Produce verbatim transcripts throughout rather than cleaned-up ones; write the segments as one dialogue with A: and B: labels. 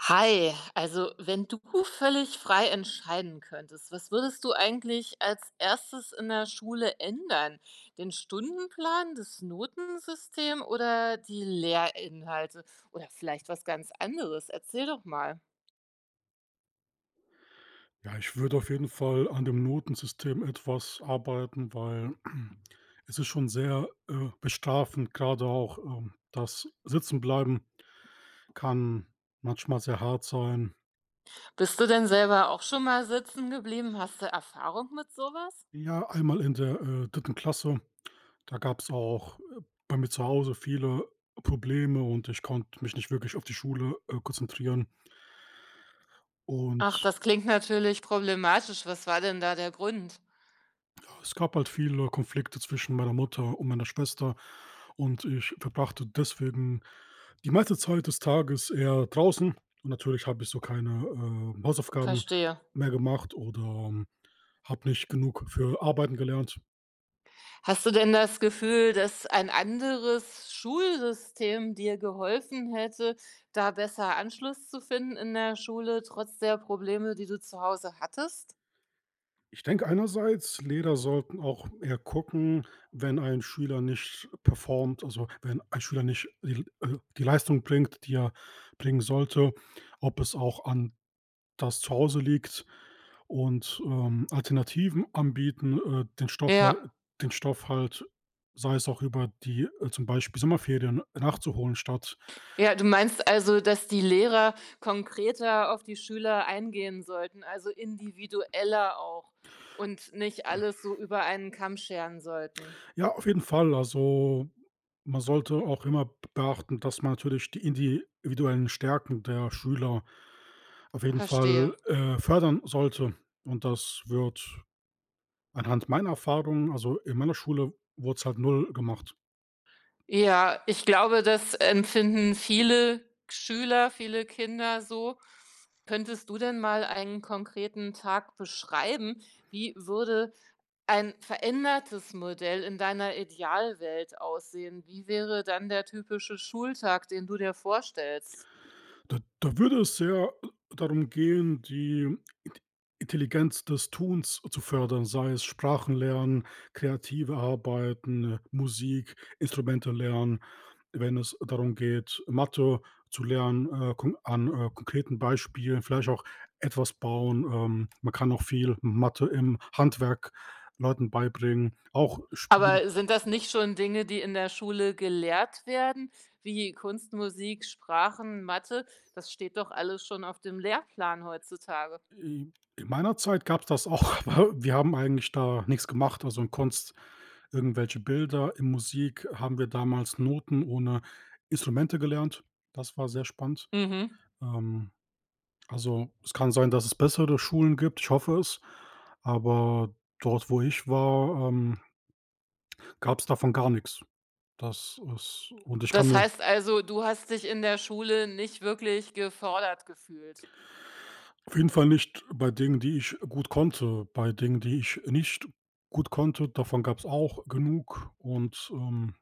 A: Hi, also wenn du völlig frei entscheiden könntest, was würdest du eigentlich als erstes in der Schule ändern? Den Stundenplan, das Notensystem oder die Lehrinhalte oder vielleicht was ganz anderes? Erzähl doch mal.
B: Ja, ich würde auf jeden Fall an dem Notensystem etwas arbeiten, weil es ist schon sehr, äh, bestrafend, gerade auch, ähm, das Sitzenbleiben kann manchmal sehr hart sein.
A: Bist du denn selber auch schon mal sitzen geblieben? Hast du Erfahrung mit sowas?
B: Ja, einmal in der, äh, dritten. Klasse, da gab es auch, äh, bei mir zu Hause viele Probleme und ich konnte mich nicht wirklich auf die Schule, äh, konzentrieren und
A: Ach, das klingt natürlich problematisch. Was war denn da der Grund?
B: Es gab halt viele Konflikte zwischen meiner Mutter und meiner Schwester und ich verbrachte deswegen die meiste Zeit des Tages eher draußen und natürlich habe ich so keine, ähm, Hausaufgaben
A: Verstehe.
B: mehr gemacht oder ähm, habe nicht genug für Arbeiten gelernt.
A: Hast du denn das Gefühl, dass ein anderes Schulsystem dir geholfen hätte, da besser Anschluss zu finden in der Schule, trotz der Probleme, die du zu Hause hattest?
B: Ich denke einerseits, Lehrer sollten auch eher gucken, wenn ein Schüler nicht performt, also wenn ein Schüler nicht die, äh die Leistung bringt, die er bringen sollte, ob es auch an das zu Hause liegt und, ähm, Alternativen anbieten, äh, den Stoff hal
A: Ja.
B: den Stoff halt, sei es auch über die, äh, zum Beispiel Sommerferien nachzuholen statt
A: Ja, du meinst also, dass die Lehrer konkreter auf die Schüler eingehen sollten, also individueller auch und nicht alles so über einen Kamm scheren sollten.
B: ja, auf jeden Fall. Also, man sollte auch immer beachten, dass man natürlich die individuellen Stärken der Schüler auf jeden
A: Verstehe.
B: Fall, äh, fördern sollte. Und das wird anhand meiner Erfahrung also, in meiner Schule wurde es halt null gemacht.
A: Ja, ich glaube, das empfinden viele Schüler, viele Kinder so. Könntest du denn mal einen konkreten Tag beschreiben? Wie würde ein verändertes Modell in deiner Idealwelt aussehen? Wie wäre dann der typische Schultag, den du dir vorstellst?
B: Da da würde es sehr darum gehen, die Int Intelligenz des Tuns zu fördern, sei es Sprachen lernen, kreative Arbeiten, äh, Musik, Instrumente lernen. Wenn es darum geht, Mathe zu lernen, äh, kon an, äh, konkreten Beispielen, vielleicht auch etwas bauen. Ähm, man kann auch viel Mathe im Handwerk Leuten beibringen, auch Spiele
A: Aber sind das nicht schon Dinge, die in der Schule gelehrt werden, wie Kunst, Musik, Sprachen, Mathe? Das steht doch alles schon auf dem Lehrplan heutzutage.
B: I in meiner Zeit gab's das auch, aber wir haben eigentlich da nix gemacht. Also, in Kunst irgendwelche Bilder, in Musik haben wir damals Noten ohne Instrumente gelernt. Das war sehr spannend.
A: Mhm.
B: Ähm, also, es kann sein, dass es bessere Schulen gibt, ich hoffe es, aber dort, wo ich war, ähm, gab's davon gar nix. Das ist und ich kann
A: Das
B: mir
A: heißt also, du hast dich in der Schule nicht wirklich gefordert gefühlt?
B: auf jeden Fall nicht bei Dingen, die ich gut konnte bei Dingen, die ich nicht gut konnte, davon gab's auch genug und, ähm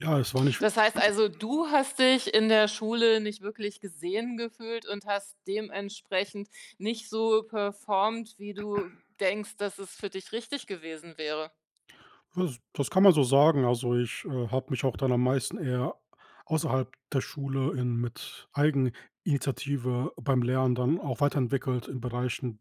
B: Ja, es war nicht
A: Das heißt also, du hast dich in der Schule nicht wirklich gesehen gefühlt und hast dementsprechend nicht so performt, wie du denkst, dass es für dich richtig gewesen wäre?
B: das das kann man so sagen. Also, ich, äh, habe mich auch dann am meisten eher außerhalb der Schule in mit Eigeninitiative beim Lernen dann auch weiterentwickelt in Bereichen,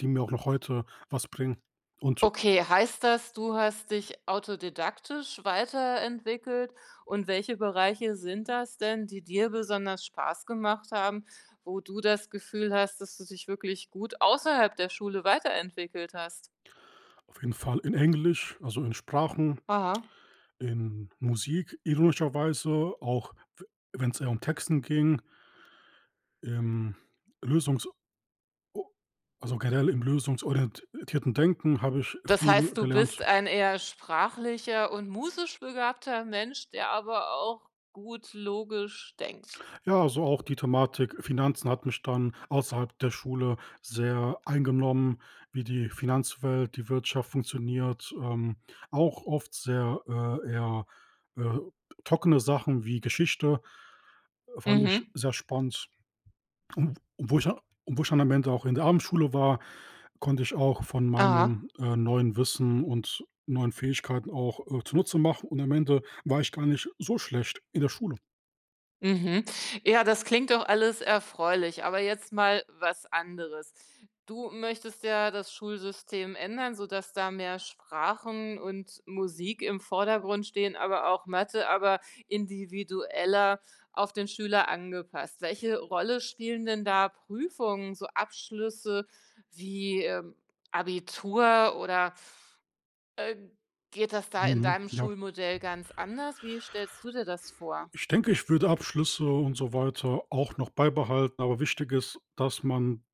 B: die mir auch noch heute was bringen. Und
A: Okay, heißt das, du hast dich autodidaktisch weiterentwickelt und welche Bereiche sind das denn, die dir besonders Spaß gemacht haben, wo du das Gefühl hast, dass du dich wirklich gut außerhalb der Schule weiterentwickelt hast?
B: auf jeden Fall in Englisch, also in Sprachen,
A: Aha.
B: in Musik, ironischerweise, auch wenn es eher um Texten ging, im Lösungs also, generell im lösungsorientierten Denken habe ich
A: Das heißt,
B: viel
A: du bist
B: gelernt.
A: ein eher sprachlicher und musisch begabter Mensch, der aber auch gut logisch denkt.
B: Ja, also auch die Thematik Finanzen hat mich dann außerhalb der Schule sehr eingenommen, wie die Finanzwelt, die Wirtschaft funktioniert. Ähm, auch oft sehr, äh, eher, äh, trockene Sachen wie Geschichte fand ich
A: Mhm.
B: sehr spannend. Und wo ich und wo ich dann am Ende auch in der Abendschule war, konnte ich auch von
A: Aha.
B: meinem, äh, neuen Wissen und neuen Fähigkeiten auch, äh, zunutze machen und am Ende war ich gar nicht so schlecht in der Schule.
A: Mhm. Ja, das klingt doch alles erfreulich, aber jetzt mal was anderes. Du möchtest ja das Schulsystem ändern, sodass da mehr Sprachen und Musik im Vordergrund stehen, aber auch Mathe, aber individueller auf den Schüler angepasst. Welche Rolle spielen denn da Prüfungen, so Abschlüsse wie ähm, Abitur oder äh, geht das da in
B: Mhm,
A: deinem
B: ja.
A: Schulmodell ganz anders? Wie stellst du dir das vor?
B: Ich denke, ich würde Abschlüsse und so weiter auch noch beibehalten, aber wichtig ist, dass man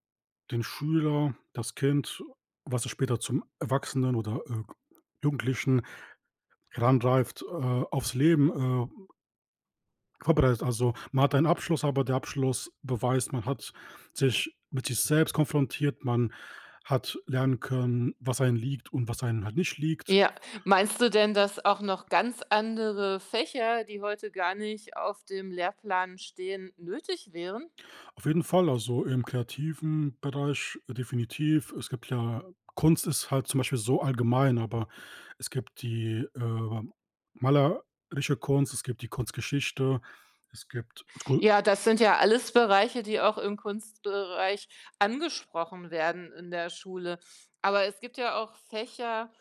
B: den Schüler, das Kind, was es später zum Erwachsenen oder, äh, Jugendlichen heranreift, äh, aufs Leben, äh, vorbereitet. Also, man hat einen Abschluss, aber der Abschluss beweist, man hat sich mit sich selbst konfrontiert, man hat lernen können, was einem liegt und was einem halt nicht liegt.
A: Ja. Meinst du denn, dass auch noch ganz andere Fächer, die heute gar nicht auf dem Lehrplan stehen, nötig wären?
B: Auf jeden Fall, also im kreativen Bereich äh, definitiv. Es gibt ja Kunst ist halt zum Beispiel so allgemein, aber es gibt die, äh, malerische Kunst, es gibt die Kunstgeschichte, es gibt Skul
A: Ja, das sind ja alles Bereiche, die auch im Kunstbereich angesprochen werden in der Schule. Aber es gibt ja auch Fächer,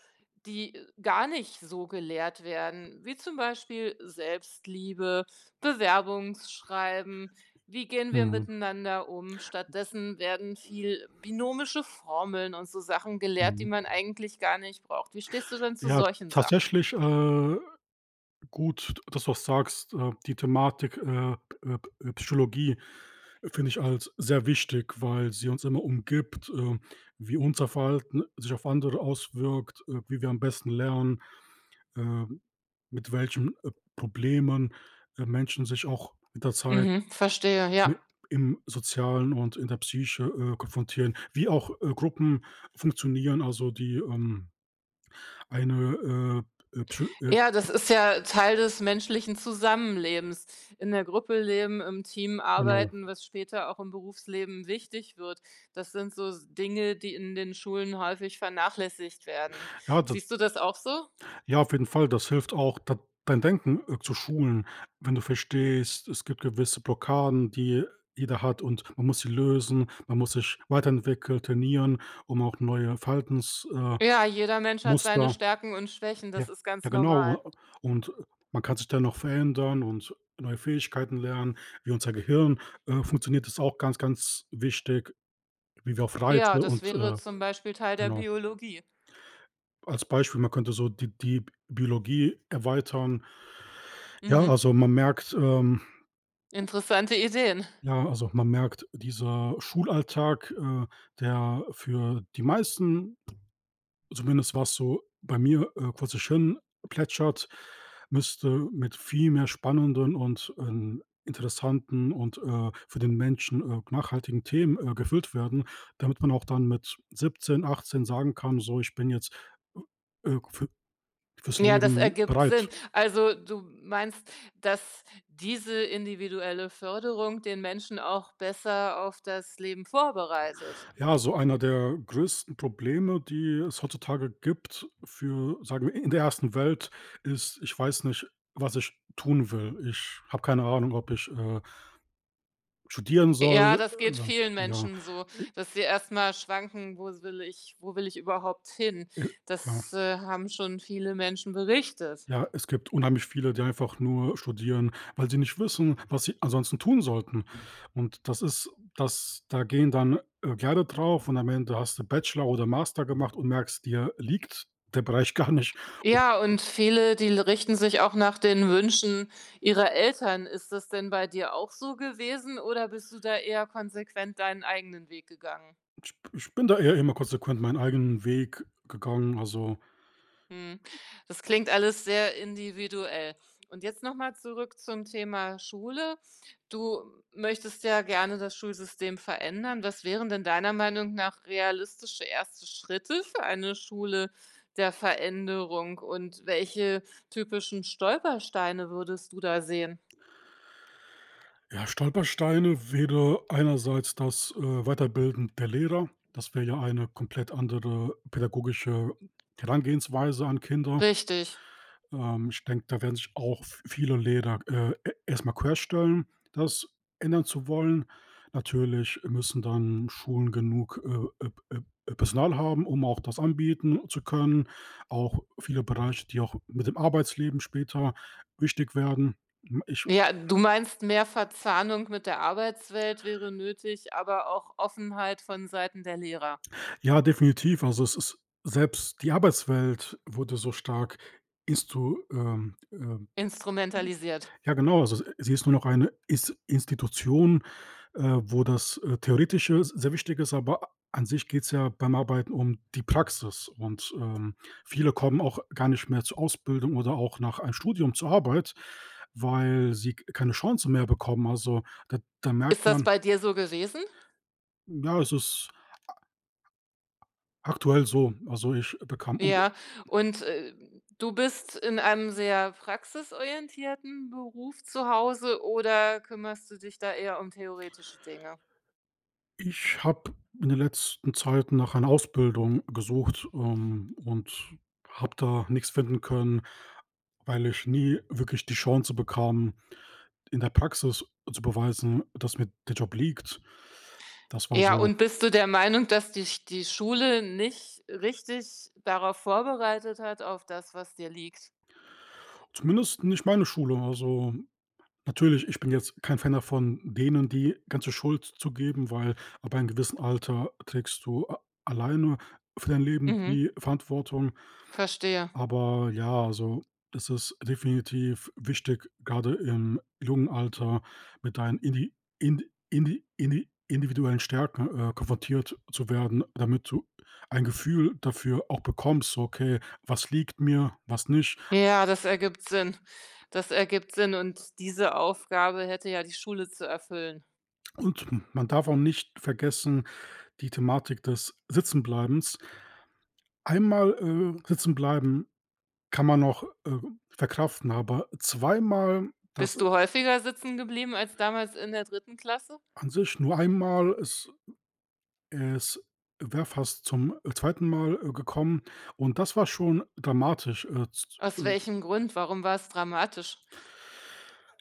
A: die äh, gar nicht so gelehrt werden, wie zum Beispiel Selbstliebe, Bewerbungsschreiben. Wie gehen wir
B: mhm,
A: miteinander um? Stattdessen werden viel binomische Formeln und so Sachen gelehrt, die
B: mhm.
A: man eigentlich gar nicht braucht. Wie stehst du denn zu
B: Ja,
A: solchen Sachen?
B: tatsächlich, äh, gut, dass du das sagst, äh, die Thematik, äh, p- äh, p- äh, Psychologie äh, finde ich als sehr wichtig, weil sie uns immer umgibt, äh, wie unser Verhalten sich auf andere auswirkt, äh, wie wir am besten lernen. äh, mit welchen, äh, Problemen, äh, Menschen sich auch mit der Zeit
A: Mhm, verstehe,
B: mi
A: ja.
B: im Sozialen und in der Psyche, äh, konfrontieren, wie auch, äh, Gruppen funktionieren, also die, ähm, eine, äh, äh, psy äh,
A: Ja, das ist ja Teil des menschlichen Zusammenlebens. In der Gruppe leben, im Team
B: genau.
A: arbeiten, was später auch im Berufsleben wichtig wird. Das sind so s Dinge, die in den Schulen häufig vernachlässigt werden.
B: Ja, d
A: Siehst du das auch so?
B: ja, auf jeden Fall, das hilft auch, d dein Denken, äh, zu schulen, wenn du verstehst, es gibt gewisse Blockaden, die jeder hat und man muss sie lösen, man muss sich weiterentwickeln, trainieren, um auch neue Verhaltensmuster äh,
A: Ja, jeder Mensch hat seine
B: Muster
A: Stärken und Schwächen, das
B: ja,
A: ist
B: ja
A: ganz normal.
B: genau. Und man kann sich dann noch verändern und neue Fähigkeiten lernen, wie unser Gehirn, äh, funktioniert, ist auch ganz, ganz wichtig, wie wir auf
A: Ja,
B: Reize
A: das
B: und,
A: wäre
B: äh
A: zum Beispiel Teil der
B: genau.
A: Biologie.
B: Als Beispiel, man könnte so die die Biologie erweitern. Ja,
A: Mhm.
B: also man merkt, ähm
A: Interessante Ideen.
B: ja, also man merkt, dieser Schulalltag, äh, der für die meisten Zumindest was so bei mir, äh, kurz das Hirn plätschert, müsste mit viel mehr spannenden und, ähm, interessanten und, äh, für den Menschen, äh, nachhaltigen Themen, äh, gefüllt werden, damit man auch dann mit siebzehn, achtzehn sagen kann: „So, ich bin jetzt, äh, für fürs
A: Ja, das
B: Leben
A: ergibt Sinn.
B: bereit.“
A: Also, du meinst, dass diese individuelle Förderung den Menschen auch besser auf das Leben vorbereitet?
B: Ja, so einer der größten Probleme, die es heutzutage gibt für sagen wir, in der ersten Welt ist: „Ich weiß nicht, was ich tun will. Ich habe keine Ahnung, ob ich, äh“ Studieren
A: Ja,
B: soll,
A: das geht
B: äh,
A: vielen
B: ja,
A: Menschen so,
B: äh,
A: dass sie erst mal schwanken: „Wo will ich wo will ich überhaupt hin?“
B: äh, ja,
A: Das, äh, haben schon viele Menschen berichtet.
B: ja, es gibt unheimlich viele, die einfach nur studieren, weil sie nicht wissen, was sie ansonsten tun sollten. Und das ist das da gehen dann, äh, Jahre drauf und am Ende hast du Bachelor oder Master gemacht und merkst, dir liegt der Bereich gar nicht. Und
A: Ja, und viele, die richten sich auch nach den Wünschen ihrer Eltern. Ist das denn bei dir auch so gewesen oder bist du da eher konsequent deinen eigenen Weg gegangen?
B: ich ich bin da eher immer konsequent meinen eigenen Weg gegangen. Also
A: Mhm. Das klingt alles sehr individuell. Und jetzt noch mal zurück zum Thema Schule. Du möchtest ja gerne das Schulsystem verändern. Was wären denn deiner Meinung nach realistische erste Schritte für eine Schule der Veränderung und welche typischen Stolpersteine würdest du da sehen?
B: Ja, Stolpersteine wäre einerseits das, äh, Weiterbilden der Lehrer. Das wäre ja eine komplett andere pädagogische Herangehensweise an Kinder.
A: Richtig.
B: Ähm, ich denke, da werden sich auch v viele Lehrer, äh, e erst querstellen, das ändern zu wollen. Natürlich müssen dann Schulen genug, äh, äh, äh, Personal haben, um auch das anbieten zu können. Auch viele Bereiche, die auch mit dem Arbeitsleben später wichtig werden. Hm, ich
A: Ja, du meinst, mehr Verzahnung mit der Arbeitswelt wäre nötig, aber auch Offenheit von Seiten der Lehrer.
B: Ja, definitiv. Also, es ist selbst die Arbeitswelt wurde so stark instu ähm, ähm
A: Instrumentalisiert.
B: ja genau, also, sie ist nur noch eine Is Institution, äh, wo das, äh, Theoretische sehr wichtig ist, aber an sich geht es ja beim Arbeiten um die Praxis und, ähm, viele kommen auch gar nicht mehr zur Ausbildung oder auch nach einem Studium zur Arbeit, weil sie k keine Chance mehr bekommen. Also, da da
A: Ist
B: merkt
A: das
B: man
A: bei dir so gewesen?
B: ja, es ist aktuell so. Also, ich bekam
A: Ja. Und, äh, du bist in einem sehr praxisorientierten Beruf zu Hause oder kümmerst du dich da eher um theoretische Dinge?
B: Ich habe in der letzten Zeit nach einer Ausbildung gesucht, ähm, und habe da nichts finden können, weil ich nie wirklich die Chance bekam, in der Praxis zu beweisen, dass mir der Job liegt. Das war
A: Ja,
B: so
A: und bist du der Meinung, dass dich die Schule nicht richtig darauf vorbereitet hat, auf das, was dir liegt?
B: zumindest nicht meine Schule. Also, natürlich, ich bin jetzt kein Fan davon, denen die ganze Schuld zu geben, weil ab einem gewissen Alter trägst du a alleine für dein Leben die
A: Mhm,
B: Verantwortung.
A: verstehe.
B: Aber ja, also, das ist definitiv wichtig, gerade im jungen Alter mit deinen indi indi indi indi individuellen Stärken, äh, konfrontiert zu werden, damit du ein Gefühl dafür auch bekommst, so: „Okay, was liegt mir, was nicht?“
A: Ja, das ergibt Sinn. Das ergibt Sinn und diese Aufgabe hätte ja die Schule zu erfüllen.
B: Und man darf auch nicht vergessen, die Thematik des Sitzenbleibens. Einmal, äh, sitzenbleiben kann man noch, äh, verkraften, aber zweimal das
A: Bist du häufiger sitzen geblieben als damals in der dritten Klasse?
B: an sich nur einmal ist Es wäre fast zum äh, zweiten Mal, äh, gekommen und das war schon dramatisch, äh, z äh,
A: Aus welchem Grund? Warum war es dramatisch?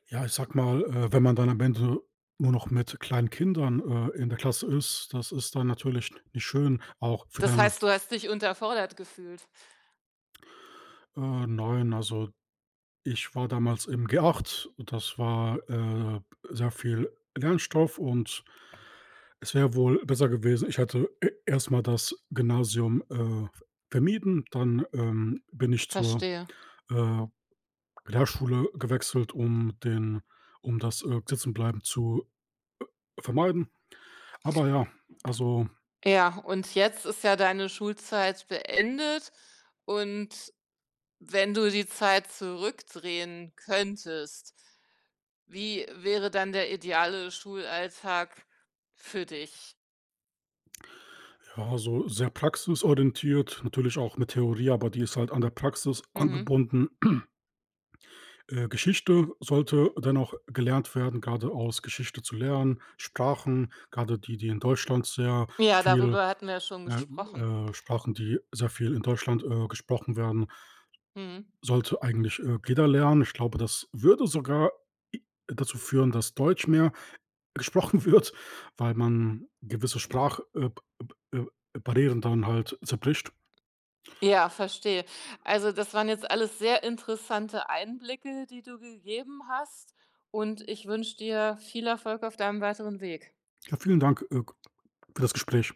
B: ja, ich sag mal, äh, wenn man dann am Ende nur noch mit kleinen Kindern, äh, in der Klasse ist, das ist dann natürlich nicht schön, auch für
A: Das
B: deine
A: heißt, du hast dich unterfordert gefühlt.
B: äh, nein, also, ich war damals im g acht. Das war, äh, sehr viel Lernstoff und es wäre wohl besser gewesen, ich hätte e erst mal das Gymnasium, äh, vermieden, dann, ähm, bin ich zur,
A: Verstehe.
B: äh Lehrschule gewechselt, um den um das, äh, Sitzenbleiben zu vermeiden. Aber ja, also,
A: Ja, und jetzt ist ja deine Schulzeit beendet und wenn du die Zeit zurückdrehen könntest, wie wäre dann der ideale Schulalltag für dich?
B: ja, so sehr praxisorientiert, natürlich auch mit Theorie, aber die ist halt an der Praxis
A: Mhm.
B: angebunden. Äh, Geschichte sollte dennoch gelernt werden, gerade aus Geschichte zu lernen. Sprachen, gerade die, die in Deutschland sehr
A: Ja,
B: viel
A: darüber hatten wir ja schon
B: ja,
A: gesprochen.
B: äh, Sprachen, die sehr viel in Deutschland, äh, gesprochen werden,
A: Mhm.
B: sollte eigentlich, äh, jeder lernen. Ich glaube, das würde sogar i dazu führen, dass Deutsch mehr gesprochen wird, weil man gewisse Sprachbarrieren äh, b b äh, Barrieren dann halt zerbricht.
A: Ja, verstehe. Also, das waren jetzt alles sehr interessante Einblicke, die du gegeben hast und ich wünsche dir viel Erfolg auf deinem weiteren Weg.
B: Ja, vielen Dank, äh, für das Gespräch.